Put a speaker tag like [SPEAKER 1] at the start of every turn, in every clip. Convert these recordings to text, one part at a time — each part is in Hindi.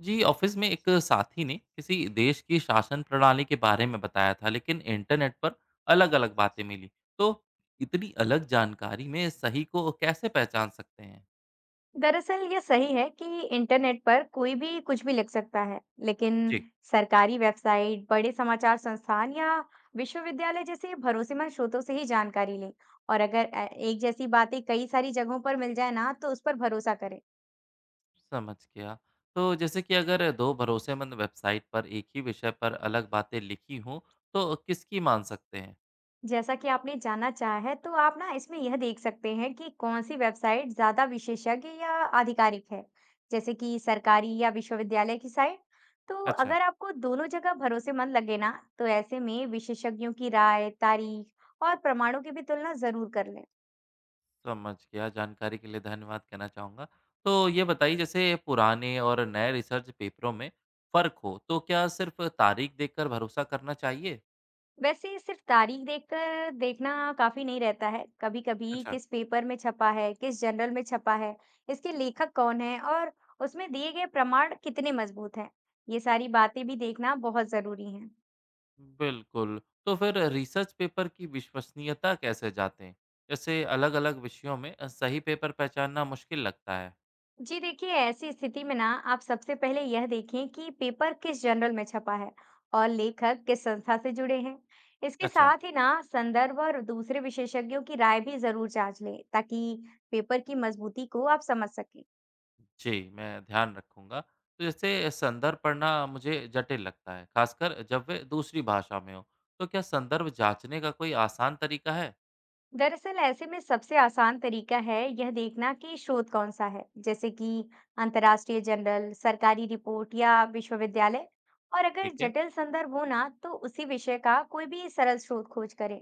[SPEAKER 1] जी ऑफिस में एक साथी ने किसी देश की शासन प्रणाली के बारे में बताया था लेकिन इंटरनेट पर अलग अलग बातें मिली। तो इतनी अलग जानकारी में सही को कैसे पहचान सकते हैं?
[SPEAKER 2] दरअसल ये सही है कि इंटरनेट पर कोई भी कुछ भी लिख सकता है, लेकिन
[SPEAKER 1] जी,
[SPEAKER 2] सरकारी वेबसाइट, बड़े समाचार संस्थान या विश्वविद्यालय जैसे भरोसेमंद स्रोतों से ही जानकारी लें। और अगर एक जैसी बातें कई सारी जगहों पर मिल जाए ना, तो उस पर भरोसा करें।
[SPEAKER 1] समझ गया। तो जैसे कि अगर दो भरोसेमंद वेबसाइट पर एक ही विषय पर अलग बातें लिखी हों, तो किसकी मान सकते हैं?
[SPEAKER 2] जैसा कि आपने जानना चाहा है, तो आप ना इसमें यह देख सकते हैं कि कौन सी वेबसाइट ज्यादा विशेषज्ञ या आधिकारिक है, जैसे कि सरकारी या विश्वविद्यालय की साइट। तो
[SPEAKER 1] अच्छा,
[SPEAKER 2] अगर आपको दोनों जगह भरोसेमंद लगे ना, तो ऐसे में विशेषज्ञों की राय, तारीख और प्रमाणों की भी तुलना जरूर कर लें।
[SPEAKER 1] समझ गया। जानकारी के लिए धन्यवाद कहना चाहूँगा। तो ये बताइए जैसे पुराने और नए रिसर्च पेपरों में फ़र्क हो तो क्या सिर्फ़ तारीख देखकर भरोसा करना चाहिए?
[SPEAKER 2] वैसे सिर्फ तारीख देखकर देखना काफी नहीं रहता है। कभी कभी
[SPEAKER 1] अच्छा।
[SPEAKER 2] किस पेपर में छपा है, किस जर्नल में छपा है, इसके लेखक कौन है और उसमें दिए गए प्रमाण कितने मजबूत हैं, ये सारी बातें भी देखना बहुत जरूरी है।
[SPEAKER 1] बिल्कुल। तो फिर रिसर्च पेपर की विश्वसनीयता कैसे जाँचें? जैसे अलग-अलग विषयों में सही पेपर पहचानना मुश्किल लगता है।
[SPEAKER 2] जी देखिए, ऐसी स्थिति में ना आप सबसे पहले यह देखें कि पेपर किस जर्नल में छपा है और लेखक किस संस्था से जुड़े हैं। इसके
[SPEAKER 1] अच्छा,
[SPEAKER 2] साथ ही ना संदर्भ और दूसरे विशेषज्ञों की राय भी जरूर जांच लें, ताकि पेपर की मजबूती को आप समझ सकें।
[SPEAKER 1] जी, मैं ध्यान रखूँगा। तो जैसे संदर्भ पढ़ना मुझे जटिल लगता है, खासकर जब वे दूसरी भाषा में हो। तो क्या संदर्भ जाँचने का कोई आसान तरीका है?
[SPEAKER 2] दरअसल ऐसे में सबसे आसान तरीका है यह देखना कि स्रोत कौन सा है, जैसे कि अंतर्राष्ट्रीय जर्नल, सरकारी रिपोर्ट या विश्वविद्यालय। और अगर
[SPEAKER 1] ठीक है।
[SPEAKER 2] जटिल संदर्भ हो ना, तो उसी विषय का कोई भी सरल स्रोत खोज करें।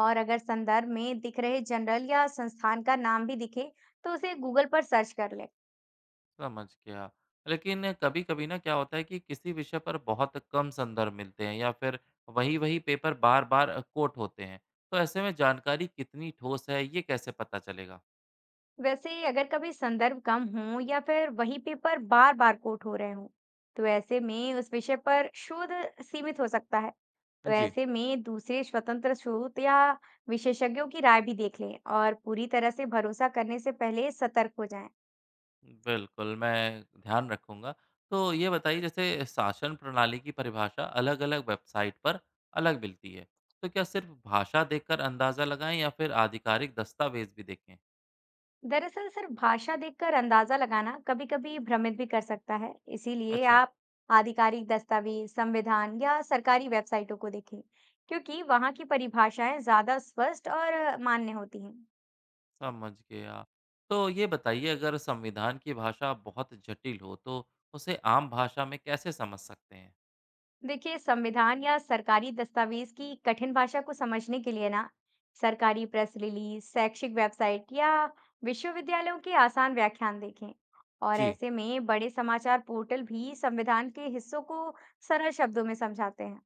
[SPEAKER 2] और अगर संदर्भ में दिख रहे जर्नल या संस्थान का नाम भी दिखे, तो उसे गूगल पर सर्च कर लें।
[SPEAKER 1] समझ गया। लेकिन कभी-कभी ना क्या होता है कि किसी विषय पर बहुत कम संदर्भ मिलते हैं या फिर वही-वही पेपर बार-बार कोट होते हैं। तो ऐसे में जानकारी कितनी ठोस है, ये कैसे पता चलेगा?
[SPEAKER 2] वैसे ही अगर कभी संदर्भ कम हो या फिर वही पेपर बार बार कोट हो रहे हो, तो ऐसे में उस विषय पर शोध सीमित हो सकता है। तो
[SPEAKER 1] जी।
[SPEAKER 2] ऐसे में दूसरे स्वतंत्र स्रोत या विशेषज्ञों की राय भी देख लें और पूरी तरह से भरोसा करने से पहले सतर्क हो जाएं।
[SPEAKER 1] बिल्कुल, मैं ध्यान रखूँगा। तो ये बताइए जैसे शासन प्रणाली की परिभाषा अलग-अलग वेबसाइट पर अलग मिलती है। तो क्या सिर्फ़ भाषा देखकर अंदाज़ा लगाएँ या फिर आधिकारिक दस्तावेज़ भी देखें?
[SPEAKER 2] दरअसल सिर्फ भाषा देखकर अंदाजा लगाना कभी-कभी भ्रमित भी कर सकता है, इसीलिए
[SPEAKER 1] अच्छा।
[SPEAKER 2] आप आधिकारिक दस्तावेज, संविधान या सरकारी वेबसाइटों को देखें, क्योंकि वहां की परिभाषाएं ज्यादा स्पष्ट और मान्य होती हैं।
[SPEAKER 1] समझ गया। तो ये बताइए अगर संविधान की भाषा बहुत जटिल हो तो उसे आम भाषा में कैसे समझ सकते हैं?
[SPEAKER 2] देखिए, संविधान या सरकारी दस्तावेज की कठिन भाषा को समझने के लिए ना सरकारी प्रेस रिलीज, शैक्षिक वेबसाइट या विश्वविद्यालयों के आसान व्याख्यान देखें। और
[SPEAKER 1] जी,
[SPEAKER 2] ऐसे में बड़े समाचार पोर्टल भी संविधान के हिस्सों को सरल शब्दों में समझाते हैं।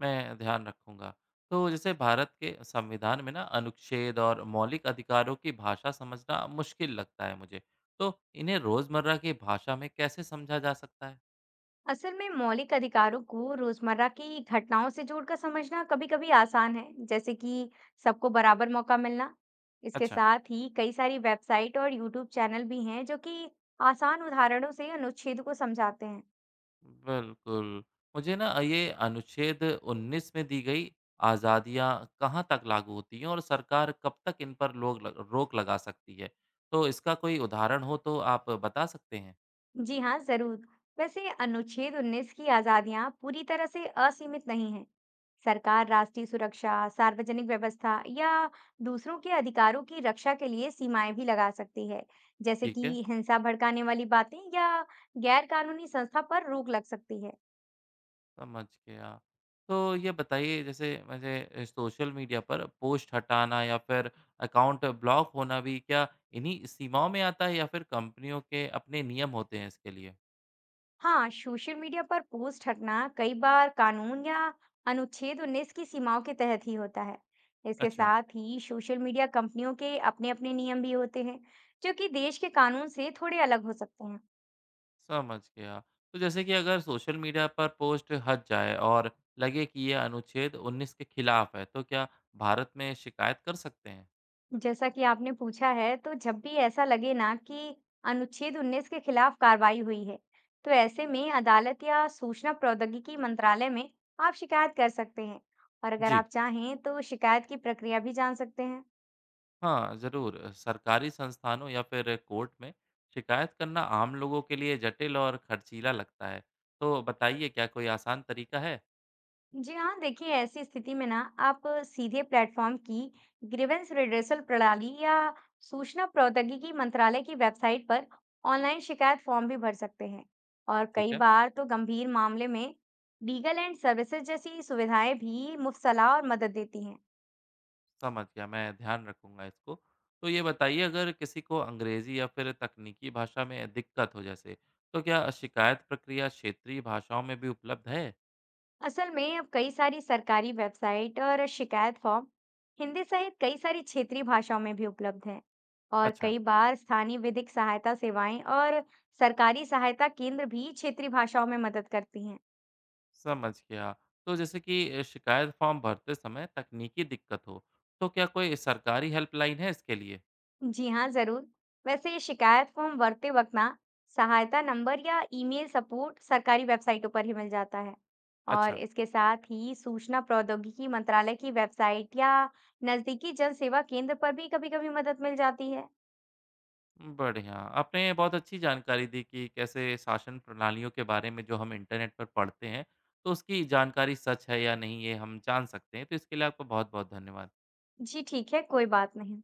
[SPEAKER 1] मैं ध्यान रखूँगा। तो जैसे भारत के संविधान में ना अनुच्छेद और मौलिक अधिकारों की भाषा समझना मुश्किल लगता है मुझे। तो इन्हें रोज़मर्रा की भाषा में कैसे समझा जा सकता है?
[SPEAKER 2] असल में मौलिक अधिकारों को रोजमर्रा की घटनाओं से जोड़कर समझना कभी-कभी आसान है, जैसे कि सबको बराबर मौका मिलना। इसके
[SPEAKER 1] अच्छा।
[SPEAKER 2] साथ ही कई सारी वेबसाइट और यूट्यूब चैनल भी हैं जो कि आसान उदाहरणों से अनुच्छेद को समझाते हैं।
[SPEAKER 1] बिल्कुल। मुझे ना ये अनुच्छेद 19 में दी गई आज़ादियाँ कहाँ तक लागू होती हैं और सरकार कब तक इन पर लोग लग रोक लगा सकती है? तो इसका कोई उदाहरण हो तो आप बता सकते हैं?
[SPEAKER 2] जी हाँ, जरूर। वैसे अनुच्छेद 19 की आजादियां पूरी तरह से असीमित नहीं हैं। सरकार राष्ट्रीय सुरक्षा, सार्वजनिक व्यवस्था या दूसरों के अधिकारों की रक्षा के लिए सीमाएं भी लगा सकती है, जैसे
[SPEAKER 1] ठीक है।
[SPEAKER 2] कि हिंसा भड़काने वाली बातें या गैर कानूनी संस्था पर रोक लग सकती है।
[SPEAKER 1] समझ गया। तो ये बताइए जैसे मुझे सोशल मीडिया पर पोस्ट हटाना या फिर अकाउंट ब्लॉक होना भी क्या इन्हीं सीमाओं में आता है या फिर कंपनियों के अपने नियम होते हैं इसके लिए?
[SPEAKER 2] हाँ, सोशल मीडिया पर पोस्ट हटना कई बार कानून या अनुच्छेद 19 की सीमाओं के तहत ही होता है। इसके
[SPEAKER 1] अच्छा।
[SPEAKER 2] साथ ही सोशल मीडिया कंपनियों के अपने अपने नियम भी होते हैं, जो कि देश के कानून से थोड़े अलग हो सकते हैं।
[SPEAKER 1] समझ गया। तो जैसे कि अगर सोशल मीडिया पर पोस्ट हट जाए और लगे कि ये अनुच्छेद 19 के खिलाफ है, तो क्या भारत में शिकायत कर सकते हैं?
[SPEAKER 2] जैसा कि आपने पूछा है, तो जब भी ऐसा लगे ना कि अनुच्छेद 19 के खिलाफ कार्रवाई हुई है, तो ऐसे में अदालत या सूचना प्रौद्योगिकी मंत्रालय में आप शिकायत कर सकते हैं। और अगर
[SPEAKER 1] जी,
[SPEAKER 2] आप चाहें, तो शिकायत की प्रक्रिया भी जान सकते हैं।
[SPEAKER 1] हाँ, ज़रूर। सरकारी संस्थानों या फिर कोर्ट में शिकायत करना आम लोगों के लिए जटिल और खर्चीला लगता है। तो बताइए क्या कोई आसान तरीका है?
[SPEAKER 2] जी हाँ, देखिए, ऐसी स्थिति में ना आप सीधे प्लेटफॉर्म की ग्रीवेंस रिड्रेसल प्रणाली या सूचना प्रौद्योगिकी मंत्रालय की वेबसाइट पर ऑनलाइन शिकायत फॉर्म भी भर सकते हैं। और
[SPEAKER 1] ठीक
[SPEAKER 2] कई
[SPEAKER 1] है।
[SPEAKER 2] बार तो गंभीर मामले में लीगल एंड सर्विसेज जैसी सुविधाएं भी मुफ्त सलाह और मदद देती हैं।
[SPEAKER 1] समझ गया, मैं ध्यान रखूँगा इसको। तो ये बताइए अगर किसी को अंग्रेज़ी या फिर तकनीकी भाषा में दिक्कत हो जैसे, तो क्या शिकायत प्रक्रिया क्षेत्रीय भाषाओं में भी उपलब्ध है?
[SPEAKER 2] असल में अब कई सारी सरकारी वेबसाइट और शिकायत फॉर्म हिंदी सहित कई सारी क्षेत्रीय भाषाओं में भी उपलब्ध है। और
[SPEAKER 1] अच्छा,
[SPEAKER 2] कई बार स्थानीय विधिक सहायता सेवाएं और सरकारी सहायता केंद्र भी क्षेत्रीय भाषाओं में मदद करती हैं।
[SPEAKER 1] समझ गया। तो जैसे कि शिकायत फ़ॉर्म भरते समय तकनीकी दिक्कत हो, तो क्या कोई सरकारी हेल्पलाइन है इसके लिए?
[SPEAKER 2] जी हाँ, जरूर। वैसे ये शिकायत फॉर्म भरते वक्त ना सहायता नंबर या ईमेल सपोर्ट सरकारी वेबसाइटों पर ही मिल जाता है। और
[SPEAKER 1] अच्छा,
[SPEAKER 2] इसके साथ ही सूचना प्रौद्योगिकी मंत्रालय की वेबसाइट या नजदीकी जन सेवा केंद्र पर भी कभी-कभी मदद मिल जाती है।
[SPEAKER 1] बढ़िया। आपने बहुत अच्छी जानकारी दी कि कैसे शासन प्रणालियों के बारे में जो हम इंटरनेट पर पढ़ते हैं, तो उसकी जानकारी सच है या नहीं ये हम जान सकते हैं। तो इसके लिए आपका बहुत-बहुत धन्यवाद।
[SPEAKER 2] जी ठीक है, कोई बात नहीं।